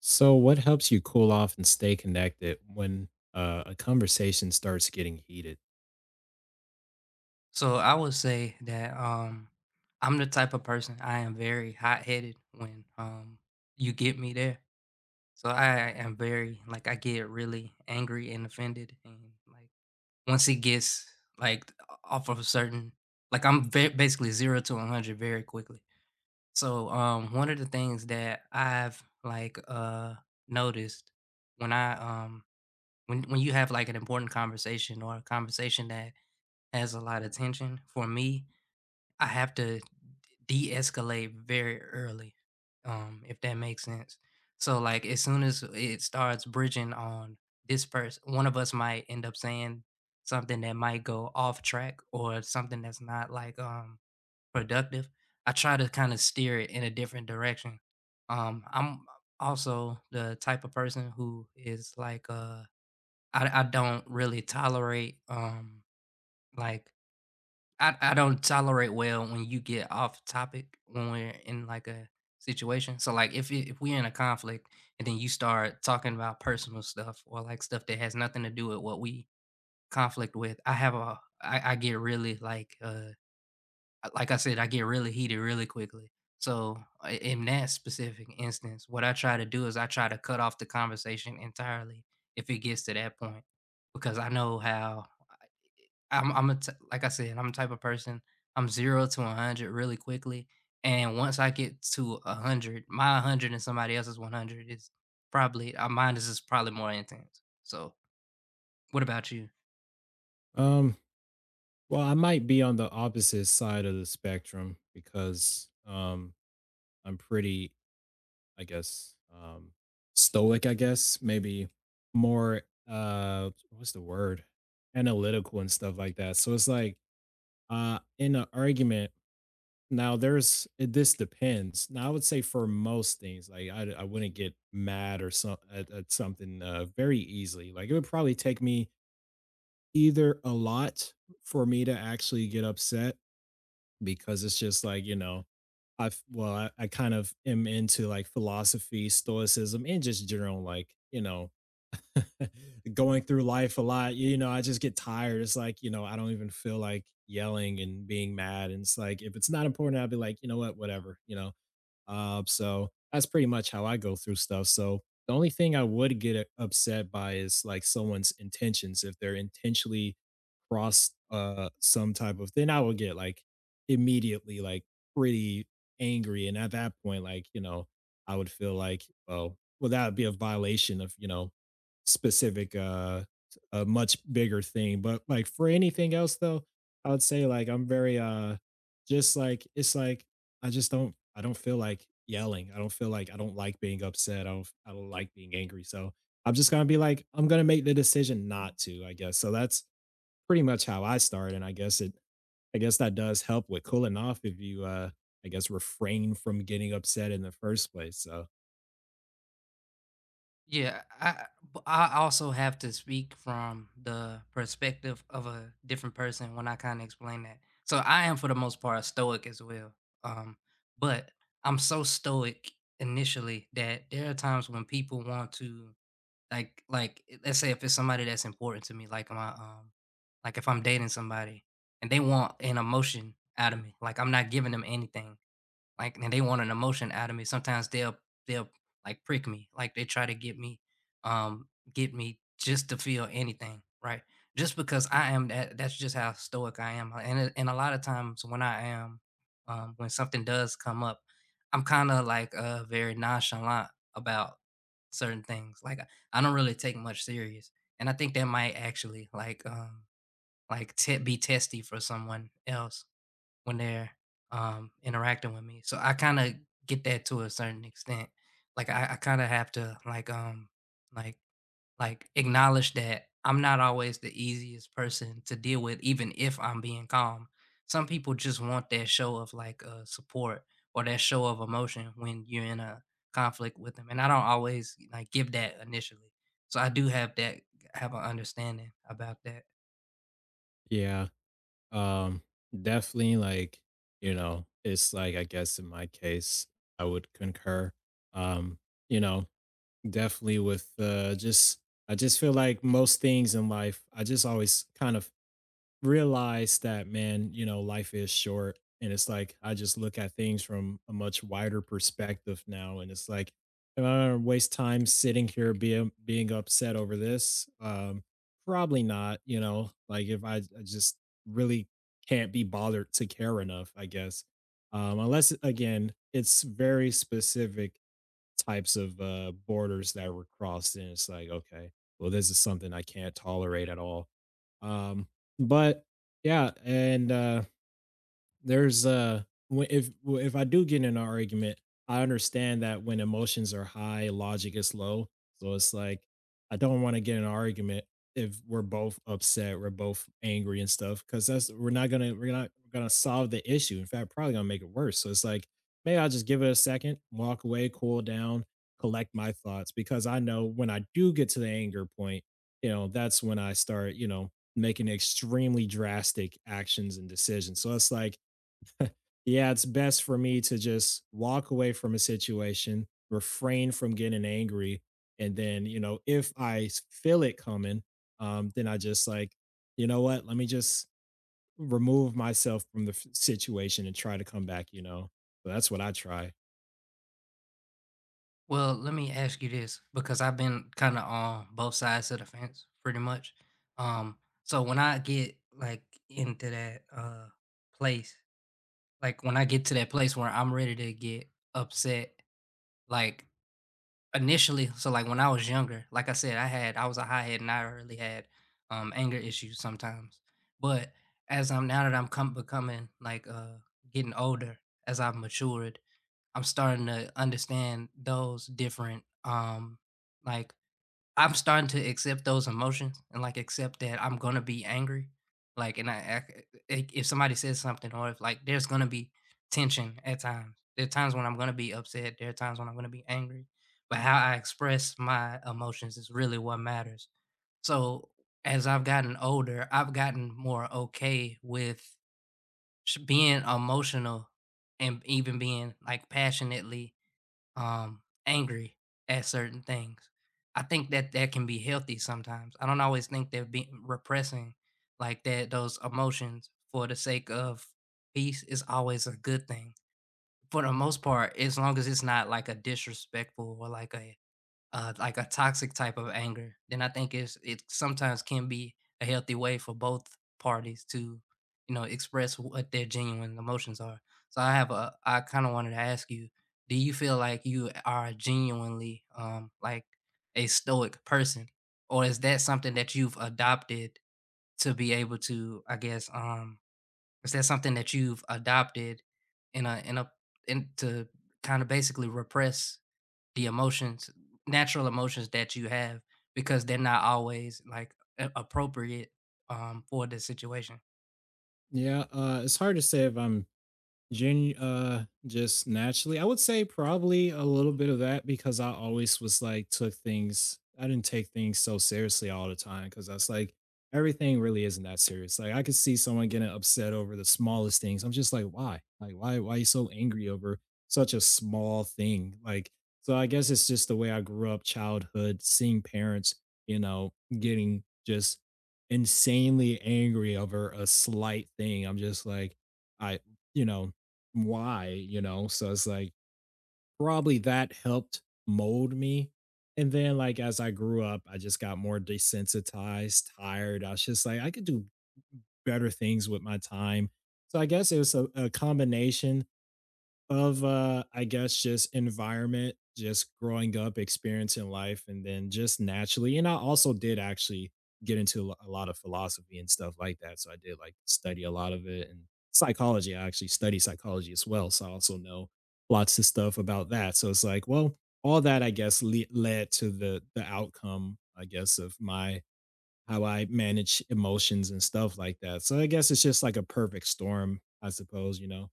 So, what helps you cool off and stay connected when a conversation starts getting heated? So I would say that I'm the type of person. I am very hot headed when you get me there. So I am very like I get really angry and offended, and like once it gets like off of a certain like basically 0 to 100 very quickly. So one of the things that I've noticed when I um when you have like an important conversation or a conversation that has a lot of tension for me, I have to de-escalate very early, if that makes sense. So like as soon as it starts bridging on this person, one of us might end up saying something that might go off track or something that's not like productive. I try to kind of steer it in a different direction. I'm also the type of person who is like, I don't really tolerate like I don't tolerate well when you get off topic when we're in like a situation. So like if we're in a conflict and then you start talking about personal stuff or like stuff that has nothing to do with what we conflict with, I get really like, like I said, I get really heated really quickly. So in that specific instance, what I try to do is I try to cut off the conversation entirely if it gets to that point, because I know how I'm a t like I said, I'm the type of person. I'm 0 to 100 really quickly, and once I get to 100, my 100 and somebody else's 100 is probably mine is just probably more intense. So what about you? Um, well, I might be on the opposite side of the spectrum because I'm pretty, I guess, stoic. I guess maybe more. What's the word? Analytical and stuff like that. So it's like in an argument. Now there's it this depends. Now I would say for most things, like I wouldn't get mad or at something very easily. Like it would probably take me either a lot for me to actually get upset because it's just like, I've I kind of am into like philosophy, stoicism, and just general like going through life a lot, you know, I just get tired. It's like, you know, I don't even feel like yelling and being mad. And it's like, if it's not important, I'll be like, you know what, whatever, you know. So that's pretty much how I go through stuff. So the only thing I would get upset by is like someone's intentions. If they're intentionally cross some type of, then I would get like immediately like pretty angry. And at that point, like, you know, I would feel like, well, that would be a violation of, you know, specific a much bigger thing. But like for anything else though, I would say like I'm very just like it's like I don't feel like yelling. I don't like being upset. I don't like being angry. So I'm just gonna be like, I'm gonna make the decision not to, I guess. So that's pretty much how I start. And I guess it I guess that does help with cooling off if you I guess refrain from getting upset in the first place. So Yeah, I but I also have to speak from the perspective of a different person when I kind of explain that. So I am for the most part stoic as well. Um, but I'm so stoic initially that there are times when people want to. Let's say if it's somebody that's important to me, like if I'm dating somebody and they want an emotion out of me, like I'm not giving them anything, like and they want an emotion out of me. Sometimes they'll like prick me, like they try to um, get me just to feel anything, right? Just because I am that's just how stoic I am. And and a lot of times when I am, when something does come up, I'm kind of like very nonchalant about certain things. Like I don't really take much serious, and I think that might actually like be testy for someone else when they're, interacting with me. So I kinda get that to a certain extent. Like, I kinda have to, like, like like, acknowledge that I'm not always the easiest person to deal with even if I'm being calm. Some people just want that show of, support or that show of emotion when you're in a conflict with them, and I don't always, like, give that initially. So I do have that have an understanding about that. yeah. Um Definitely like, you know, it's like I guess in my case, I would concur. Um, you know, definitely with, just I just feel like most things in life, I just always kind of realize that, man, you know, life is short. And it's like, I just look at things from a much wider perspective now. And it's like, am I gonna waste time sitting here being upset over this? Probably not, you know, like if I, I just really can't be bothered to care enough, I guess. Unless again, it's very specific types of borders that were crossed, and it's like, okay, well, this is something I can't tolerate at all. Um, but yeah, and there's when if I do get in an argument, I understand that when emotions are high, logic is low. So it's like I don't want to get in an argument if we're both upset, we're both angry and stuff, because that's we're not gonna solve the issue. In fact, probably gonna make it worse. So it's like maybe I'll just give it a second, walk away, cool down, collect my thoughts, because I know when I do get to the anger point, you know, that's when I start, you know, making extremely drastic actions and decisions. So it's like yeah, it's best for me to just walk away from a situation, refrain from getting angry, and then, you know, if feel it coming, then I just like, you know what? Let me just remove myself from the situation and try to come back. You know, so that's what I try. Well, let me ask you this, because I've been kind of on both sides of the fence pretty much. Um, so when I get like into that place, like when I get to that place where I'm ready to get upset, like initially, so like when I was younger, like I said, I was a high head and I really had anger issues sometimes. But as I'm now that I'm come becoming like getting older, as I've matured, I'm starting to understand those different like I'm starting to accept those emotions and like accept that I'm gonna be angry. Like and like, if somebody says something or if like there's gonna be tension at times. There are times when I'm gonna be upset, there are times when I'm gonna be angry. But how I express my emotions is really what matters. So as I've gotten older, I've gotten more okay with being emotional and even being like passionately angry at certain things. I think that that can be healthy sometimes. I don't always think that being repressing like that those emotions for the sake of peace is always a good thing. For the most part, as long as it's not like a disrespectful or like a toxic type of anger, then I think it sometimes can be a healthy way for both parties to, you know, express what their genuine emotions are. So I have a I kind of wanted to ask you, do you feel like you are genuinely a stoic person, or is that something that you've adopted to be able to, I guess, is that something that you've adopted in a in a in to kind of basically repress the emotions, natural emotions that you have because they're not always like appropriate for the situation. Yeah, it's hard to say if I'm Gen just naturally, I would say probably a little bit of that because I always was like took things. I didn't take things so seriously all the time because that's like everything really isn't that serious. Like I could see someone getting upset over the smallest things. I'm just like, why? Like why? Why you so angry over such a small thing? Like so, I guess it's just the way I grew up, childhood, seeing parents, you know, getting just insanely angry over a slight thing. I'm just like, I you know why, you know? So it's like probably that helped mold me. And then like as I grew up, I just got more desensitized, tired. I was just like, I could do better things with my time. So I guess it was a combination of, I guess just environment, just growing up, experiencing life, and then just naturally and I also did actually get into a lot of philosophy and stuff like that, so I did, like, study a lot of it, and psychology, I actually study psychology as well, so I also know lots of stuff about that, so it's like, well, all that, I guess, le led to the outcome, I guess, of my how I manage emotions and stuff like that, so I guess it's just like a perfect storm, I suppose, you know?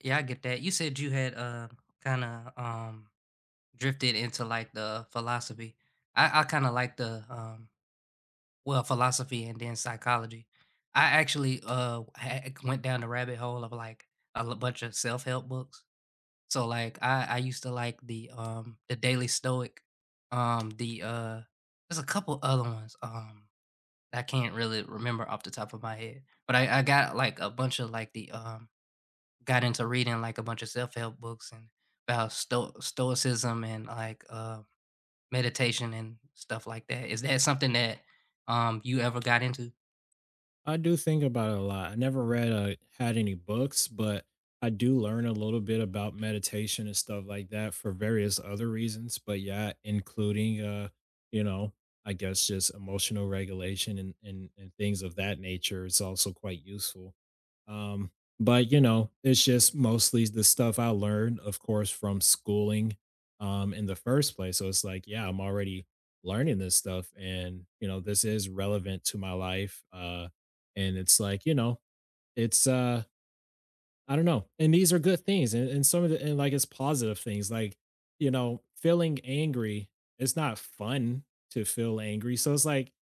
Yeah, I get that. You said you had kind of um drifted into like the philosophy. I kind of like the well, philosophy and then psychology. I actually went down the rabbit hole of like bunch of self help books. So like I used to like the Daily Stoic, um the uh there's a couple other ones. I can't really remember off the top of my head, but I got, like, a bunch of, got into reading, like, a bunch of self-help books and about stoicism and, meditation and stuff like that. Is that something that, you ever got into? I do think about it a lot. I never read had any books, but I do learn a little bit about meditation and stuff like that for various other reasons. But yeah, including you know, I guess just emotional regulation and things of that nature is also quite useful. Um, but you know, it's just mostly the stuff I learned, of course, from schooling in the first place. So it's like, yeah, I'm already learning this stuff and you know, this is relevant to my life. And it's like you know it's I don't know, and these are good things, and some of the, and like it's positive things like you know feeling angry, it's not fun to feel angry, so it's like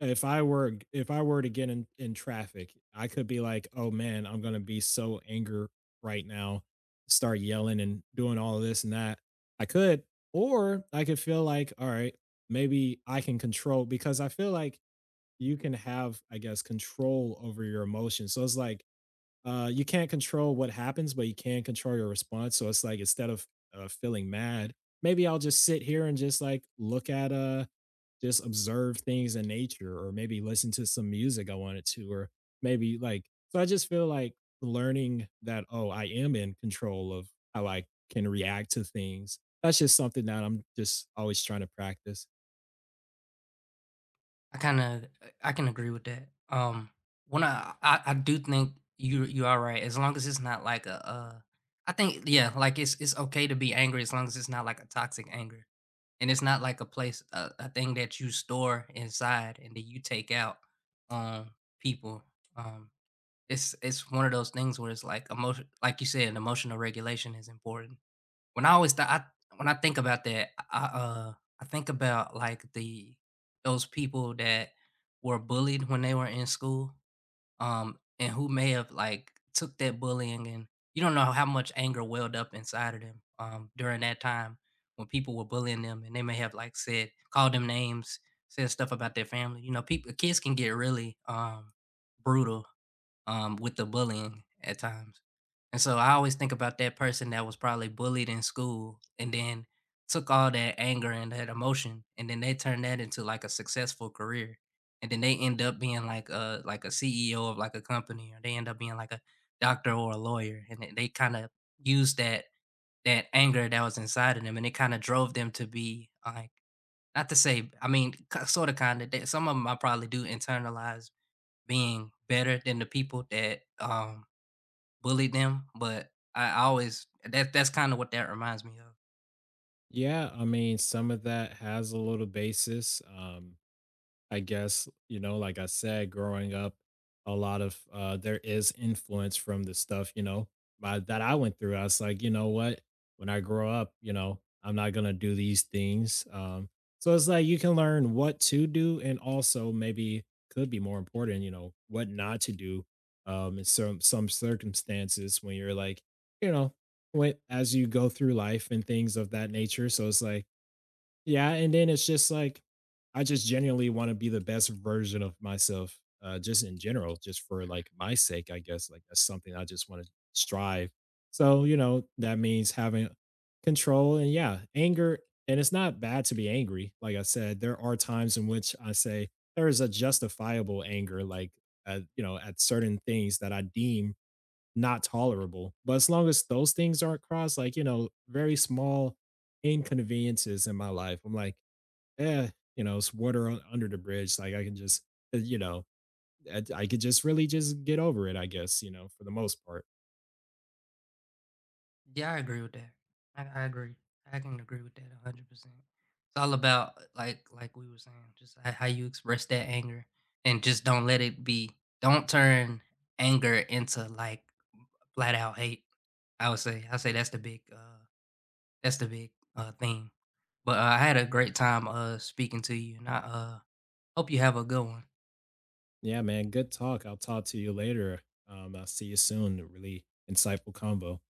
if I were to get in traffic, I could be like, oh man, I'm gonna be so angry right now, start yelling and doing all of this and that. I could, or I could feel like, all right, maybe I can control, because I feel like you can have, I guess, control over your emotions. So it's like, you can't control what happens, but you can control your response. So it's like instead of feeling mad, maybe I'll just sit here and just like look at just observe things in nature, or maybe listen to some music I wanted to, or maybe like so I just feel like learning that, oh, I am in control of how I can react to things. That's just something that I'm just always trying to practice. I kinda I can agree with that. When I do think you are right, as long as it's not like I think yeah, like, it's okay to be angry as long as it's not like a toxic anger. And it's not like a thing that you store inside and then you take out on people. Um, it's one of those things where it's like emotion, like you said, emotional regulation is important. When I when I think about that, I think about like the those people that were bullied when they were in school, and who may have like took that bullying, and you don't know how much anger welled up inside of them during that time when people were bullying them, and they may have like said called them names, said stuff about their family. You know, people, kids can get really brutal with the bullying at times, and so I always think about that person that was probably bullied in school and then took all that anger and that emotion and then they turned that into like a successful career. And then they end up being like a CEO of like a company, or they end up being like a doctor or a lawyer. And they kind of used that anger that was inside of them, and it kind of drove them to be like, not to say, I mean, sort of, kind of, some of them I probably do internalize being better than the people that bullied them. But I always that's kinda what that reminds me of. Yeah, I mean, some of that has a little basis. I guess, you know, like I said, growing up, a lot of there is influence from the stuff, you know, my, that I went through. I was like, you know what? When I grow up, you know, I'm not gonna do these things. So it's like you can learn what to do and also maybe could be more important, you know, what not to do in some circumstances when you're like, you know, when as you go through life and things of that nature. So it's like yeah, and then it's just like I just genuinely wanna be the best version of myself, just in general, just for, like, my sake, I guess, like, that's something I just wanna strive. So, you know, that means having control and, yeah, anger, and it's not bad to be angry, like I said, there are times in which I say there is a justifiable anger, like, you know, at certain things that I deem not tolerable. But as long as those things aren't crossed, like, you know, very small inconveniences in my life, I'm like, eh, you know, it's water under the bridge. Like I can just, you know, I could just really just get over it, I guess, you know, for the most part. Yeah, I agree with that. I agree. I can agree with that 100%. It's all about, like we were saying, just h how you express that anger, and just don't let it be, don't turn anger into, like, flat out hate. I say that's the big, that's the big thing. But, I had a great time, speaking to you, and I hope you have a good one. Yeah, man. Good talk. I'll talk to you later. I'll see you soon. Really insightful combo.